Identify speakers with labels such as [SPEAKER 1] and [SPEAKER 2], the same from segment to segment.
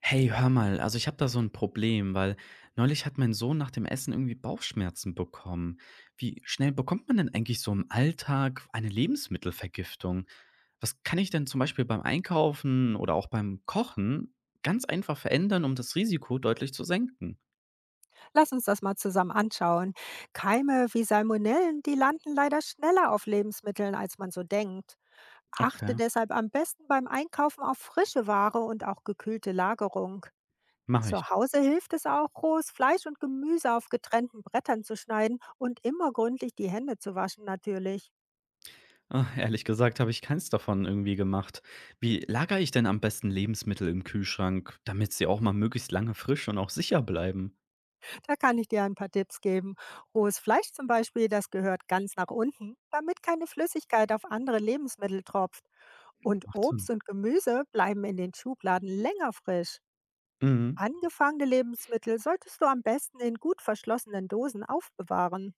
[SPEAKER 1] Hey, hör mal, also ich habe da so ein Problem, weil neulich hat mein Sohn nach dem Essen irgendwie Bauchschmerzen bekommen. Wie schnell bekommt man denn eigentlich so im Alltag eine Lebensmittelvergiftung? Was kann ich denn zum Beispiel beim Einkaufen oder auch beim Kochen ganz einfach verändern, um das Risiko deutlich zu senken?
[SPEAKER 2] Lass uns das mal zusammen anschauen. Keime wie Salmonellen, die landen leider schneller auf Lebensmitteln, als man so denkt. Achte
[SPEAKER 1] Okay,
[SPEAKER 2] deshalb am besten beim Einkaufen auf frische Ware und auch gekühlte Lagerung.
[SPEAKER 1] mache ich.
[SPEAKER 2] Zu Hause hilft es auch, rohes Fleisch und Gemüse auf getrennten Brettern zu schneiden und immer gründlich die Hände zu waschen natürlich.
[SPEAKER 1] Ach, ehrlich gesagt habe ich keins davon irgendwie gemacht. Wie lagere ich denn am besten Lebensmittel im Kühlschrank, damit sie auch mal möglichst lange frisch und auch sicher bleiben?
[SPEAKER 2] Da kann ich dir ein paar Tipps geben. Rohes Fleisch zum Beispiel, das gehört ganz nach unten, damit keine Flüssigkeit auf andere Lebensmittel tropft. Und
[SPEAKER 1] Macht Sinn.
[SPEAKER 2] Obst und Gemüse bleiben in den Schubladen länger frisch.
[SPEAKER 1] Mhm.
[SPEAKER 2] Angefangene Lebensmittel solltest du am besten in gut verschlossenen Dosen aufbewahren.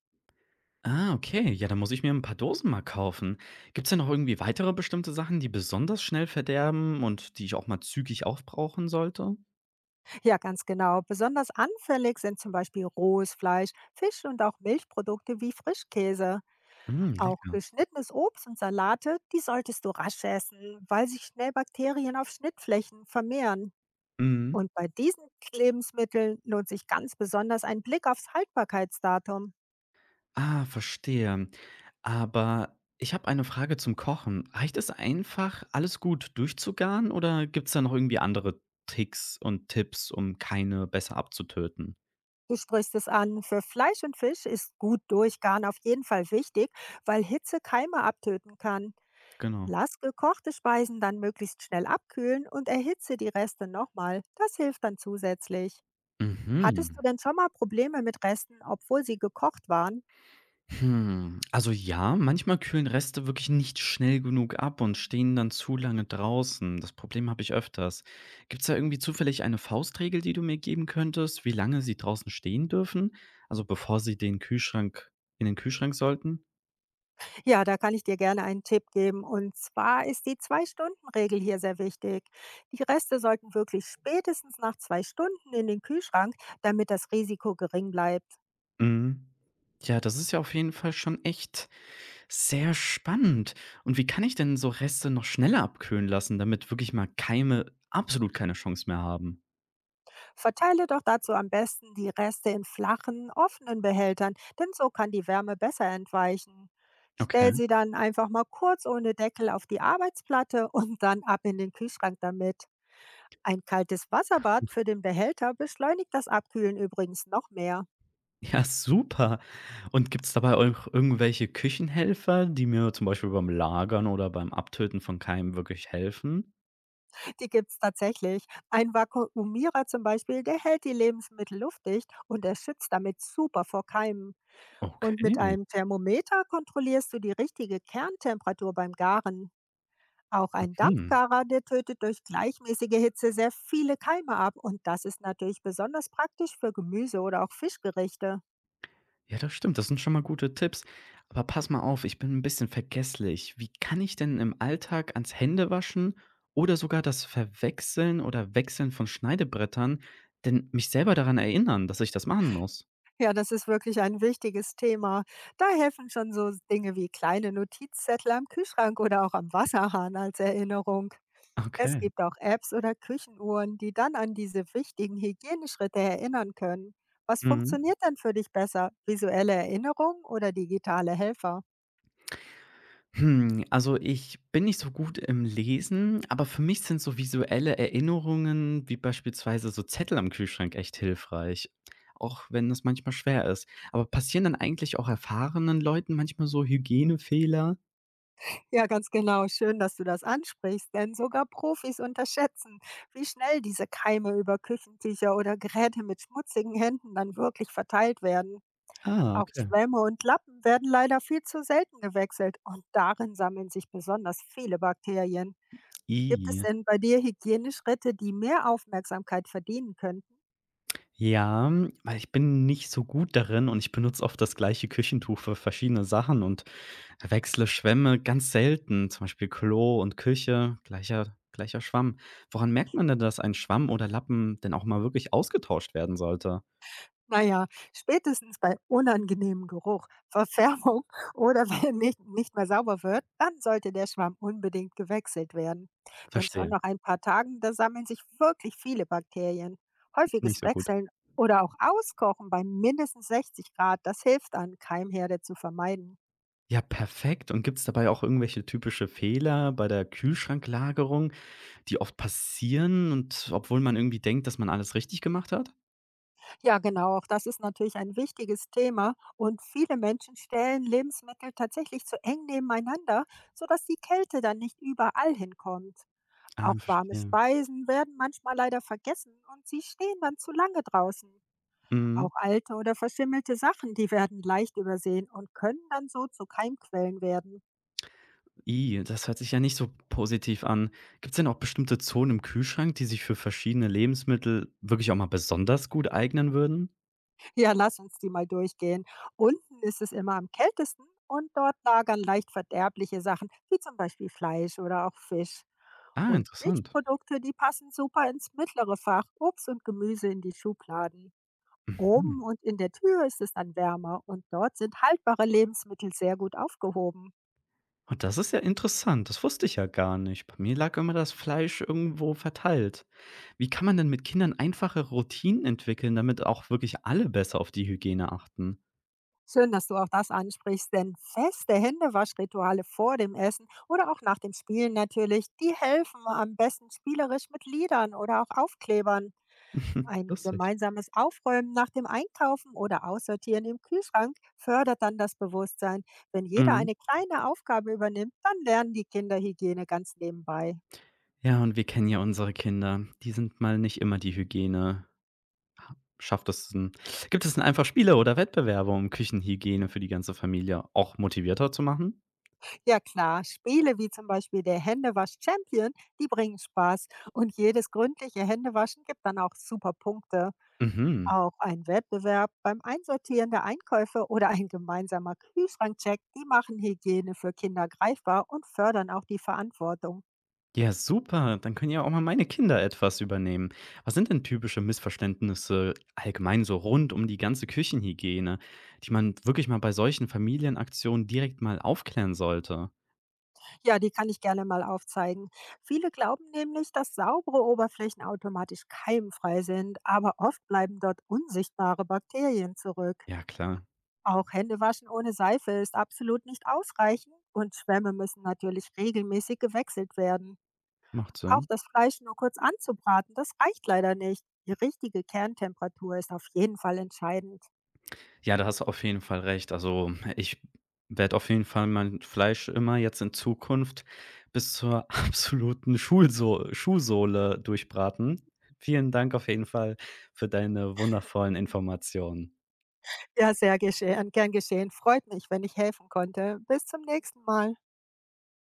[SPEAKER 1] Ah, okay. Ja, dann muss ich mir ein paar Dosen mal kaufen. Gibt es denn noch irgendwie weitere bestimmte Sachen, die besonders schnell verderben und die ich auch mal zügig aufbrauchen sollte?
[SPEAKER 2] Ja, ganz genau. Besonders anfällig sind zum Beispiel rohes Fleisch, Fisch und auch Milchprodukte wie Frischkäse.
[SPEAKER 1] Hm,
[SPEAKER 2] Auch
[SPEAKER 1] lecker.
[SPEAKER 2] geschnittenes Obst und Salate, die solltest du rasch essen, weil sich schnell Bakterien auf Schnittflächen vermehren.
[SPEAKER 1] Mhm.
[SPEAKER 2] Und bei diesen Lebensmitteln lohnt sich ganz besonders ein Blick aufs Haltbarkeitsdatum.
[SPEAKER 1] Ah, verstehe. Aber ich habe eine Frage zum Kochen. Reicht es einfach, alles gut durchzugaren oder gibt es da noch irgendwie andere Tricks und Tipps, um keine besser abzutöten?
[SPEAKER 2] Du sprichst es an. Für Fleisch und Fisch ist gut durchgaren auf jeden Fall wichtig, weil Hitze Keime abtöten kann.
[SPEAKER 1] Genau.
[SPEAKER 2] Lass gekochte Speisen dann möglichst schnell abkühlen und erhitze die Reste nochmal. Das hilft dann zusätzlich. Hattest du
[SPEAKER 1] Mhm.
[SPEAKER 2] denn schon mal Probleme mit Resten, obwohl sie gekocht waren?
[SPEAKER 1] Hm, also ja, manchmal kühlen Reste wirklich nicht schnell genug ab und stehen dann zu lange draußen. Das Problem habe ich öfters. Gibt es da irgendwie zufällig eine Faustregel, die du mir geben könntest, wie lange sie draußen stehen dürfen? Also bevor sie den Kühlschrank in den Kühlschrank sollten?
[SPEAKER 2] Ja, da kann ich dir gerne einen Tipp geben. Und zwar ist die Zwei-Stunden-Regel hier sehr wichtig. Die Reste sollten wirklich spätestens nach 2 Stunden in den Kühlschrank, damit das Risiko gering bleibt.
[SPEAKER 1] Mhm. Ja, das ist ja auf jeden Fall schon echt sehr spannend. Und wie kann ich denn so Reste noch schneller abkühlen lassen, damit wirklich mal Keime absolut keine Chance mehr haben?
[SPEAKER 2] Verteile doch dazu am besten die Reste in flachen, offenen Behältern, denn so kann die Wärme besser entweichen. Stell
[SPEAKER 1] Okay.
[SPEAKER 2] sie dann einfach mal kurz ohne Deckel auf die Arbeitsplatte und dann ab in den Kühlschrank damit. Ein kaltes Wasserbad für den Behälter beschleunigt das Abkühlen übrigens noch mehr.
[SPEAKER 1] Ja, super. Und gibt's dabei auch irgendwelche Küchenhelfer, die mir zum Beispiel beim Lagern oder beim Abtöten von Keimen wirklich helfen?
[SPEAKER 2] Die gibt es tatsächlich. Ein Vakuumierer zum Beispiel, der hält die Lebensmittel luftdicht und er schützt damit super vor Keimen. Und mit
[SPEAKER 1] Okay,
[SPEAKER 2] einem Thermometer kontrollierst du die richtige Kerntemperatur beim Garen. Auch ein
[SPEAKER 1] mhm.
[SPEAKER 2] Dampfgarer, der tötet durch gleichmäßige Hitze sehr viele Keime ab und das ist natürlich besonders praktisch für Gemüse oder auch Fischgerichte.
[SPEAKER 1] Ja, das stimmt, das sind schon mal gute Tipps. Aber pass mal auf, ich bin ein bisschen vergesslich. Wie kann ich denn im Alltag ans Händewaschen oder sogar das Verwechseln oder Wechseln von Schneidebrettern denn mich selber daran erinnern, dass ich das machen muss?
[SPEAKER 2] Ja, das ist wirklich ein wichtiges Thema. Da helfen schon so Dinge wie kleine Notizzettel am Kühlschrank oder auch am Wasserhahn als Erinnerung. Es
[SPEAKER 1] Okay.
[SPEAKER 2] gibt auch Apps oder Küchenuhren, die dann an diese wichtigen Hygieneschritte erinnern können. Was
[SPEAKER 1] Mhm.
[SPEAKER 2] funktioniert denn für dich besser? Visuelle Erinnerung oder digitale Helfer?
[SPEAKER 1] Hm, also ich bin nicht so gut im Lesen, aber für mich sind so visuelle Erinnerungen wie beispielsweise so Zettel am Kühlschrank echt hilfreich, auch wenn es manchmal schwer ist. Aber passieren dann eigentlich auch erfahrenen Leuten manchmal so Hygienefehler?
[SPEAKER 2] Ja, ganz genau. Schön, dass du das ansprichst, denn sogar Profis unterschätzen, wie schnell diese Keime über Küchentücher oder Geräte mit schmutzigen Händen dann wirklich verteilt werden.
[SPEAKER 1] Ah,
[SPEAKER 2] Auch
[SPEAKER 1] okay.
[SPEAKER 2] Schwämme und Lappen werden leider viel zu selten gewechselt und darin sammeln sich besonders viele Bakterien. Gibt es
[SPEAKER 1] I.
[SPEAKER 2] denn bei dir Hygieneschritte, die mehr Aufmerksamkeit verdienen könnten?
[SPEAKER 1] Ja, weil ich bin nicht so gut darin und ich benutze oft das gleiche Küchentuch für verschiedene Sachen und wechsle Schwämme ganz selten, zum Beispiel Klo und Küche, gleicher Schwamm. Woran merkt man denn, dass ein Schwamm oder Lappen denn auch mal wirklich ausgetauscht werden sollte?
[SPEAKER 2] Na ja, spätestens bei unangenehmem Geruch, Verfärbung oder wenn nicht mehr sauber wird, dann sollte der Schwamm unbedingt gewechselt werden. Denn schon
[SPEAKER 1] Verstehe,
[SPEAKER 2] nach ein paar Tagen, da sammeln sich wirklich viele Bakterien. Häufiges
[SPEAKER 1] nicht so gut.
[SPEAKER 2] Wechseln oder auch Auskochen bei mindestens 60 Grad, das hilft an, Keimherde zu vermeiden.
[SPEAKER 1] Ja, perfekt. Und gibt's dabei auch irgendwelche typische Fehler bei der Kühlschranklagerung, die oft passieren und obwohl man irgendwie denkt, dass man alles richtig gemacht hat?
[SPEAKER 2] Ja, genau, auch das ist natürlich ein wichtiges Thema und viele Menschen stellen Lebensmittel tatsächlich zu eng nebeneinander, sodass die Kälte dann nicht überall hinkommt.
[SPEAKER 1] Ah,
[SPEAKER 2] Auch warme
[SPEAKER 1] verstehe.
[SPEAKER 2] Speisen werden manchmal leider vergessen und sie stehen dann zu lange draußen.
[SPEAKER 1] Mhm.
[SPEAKER 2] Auch alte oder verschimmelte Sachen, die werden leicht übersehen und können dann so zu Keimquellen werden.
[SPEAKER 1] I, das hört sich ja nicht so positiv an. Gibt es denn auch bestimmte Zonen im Kühlschrank, die sich für verschiedene Lebensmittel wirklich auch mal besonders gut eignen würden?
[SPEAKER 2] Ja, lass uns die mal durchgehen. Unten ist es immer am kältesten und dort lagern leicht verderbliche Sachen, wie zum Beispiel Fleisch oder auch Fisch.
[SPEAKER 1] Ah,
[SPEAKER 2] Und
[SPEAKER 1] interessant.
[SPEAKER 2] Milchprodukte, die passen super ins mittlere Fach, Obst und Gemüse in die Schubladen.
[SPEAKER 1] Mhm.
[SPEAKER 2] Oben und in der Tür ist es dann wärmer und dort sind haltbare Lebensmittel sehr gut aufgehoben.
[SPEAKER 1] Und das ist ja interessant, das wusste ich ja gar nicht. Bei mir lag immer das Fleisch irgendwo verteilt. Wie kann man denn mit Kindern einfache Routinen entwickeln, damit auch wirklich alle besser auf die Hygiene achten?
[SPEAKER 2] Schön, dass du auch das ansprichst, denn feste Händewaschrituale vor dem Essen oder auch nach dem Spielen natürlich, die helfen am besten spielerisch mit Liedern oder auch Aufklebern. Ein
[SPEAKER 1] Lustig.
[SPEAKER 2] gemeinsames Aufräumen nach dem Einkaufen oder Aussortieren im Kühlschrank fördert dann das Bewusstsein. Wenn jeder
[SPEAKER 1] Mhm.
[SPEAKER 2] eine kleine Aufgabe übernimmt, dann lernen die Kinder Hygiene ganz nebenbei.
[SPEAKER 1] Ja, und wir kennen ja unsere Kinder. Die sind mal nicht immer die Hygiene. Schafft es 'n, gibt es denn einfach Spiele oder Wettbewerbe, um Küchenhygiene für die ganze Familie auch motivierter zu machen?
[SPEAKER 2] Ja klar, Spiele wie zum Beispiel der Händewasch Champion, die bringen Spaß und jedes gründliche Händewaschen gibt dann auch super Punkte.
[SPEAKER 1] Mhm.
[SPEAKER 2] Auch ein Wettbewerb beim Einsortieren der Einkäufe oder ein gemeinsamer Kühlschrankcheck, die machen Hygiene für Kinder greifbar und fördern auch die Verantwortung.
[SPEAKER 1] Ja, super. Dann können ja auch mal meine Kinder etwas übernehmen. Was sind denn typische Missverständnisse allgemein so rund um die ganze Küchenhygiene, die man wirklich mal bei solchen Familienaktionen direkt mal aufklären sollte?
[SPEAKER 2] Ja, die kann ich gerne mal aufzeigen. Viele glauben nämlich, dass saubere Oberflächen automatisch keimfrei sind, aber oft bleiben dort unsichtbare Bakterien zurück.
[SPEAKER 1] Ja, klar,
[SPEAKER 2] Auch Händewaschen ohne Seife ist absolut nicht ausreichend und Schwämme müssen natürlich regelmäßig gewechselt werden.
[SPEAKER 1] macht
[SPEAKER 2] Auch
[SPEAKER 1] Sinn.
[SPEAKER 2] das Fleisch nur kurz anzubraten, das reicht leider nicht. Die richtige Kerntemperatur ist auf jeden Fall entscheidend.
[SPEAKER 1] Ja, da hast du auf jeden Fall recht. Also, ich werde auf jeden Fall mein Fleisch immer jetzt in Zukunft bis zur absoluten Schulso Schuhsohle durchbraten. Vielen Dank auf jeden Fall für deine wundervollen Informationen.
[SPEAKER 2] Ja, sehr geschehen, gern geschehen. Freut mich, wenn ich helfen konnte. Bis zum nächsten Mal.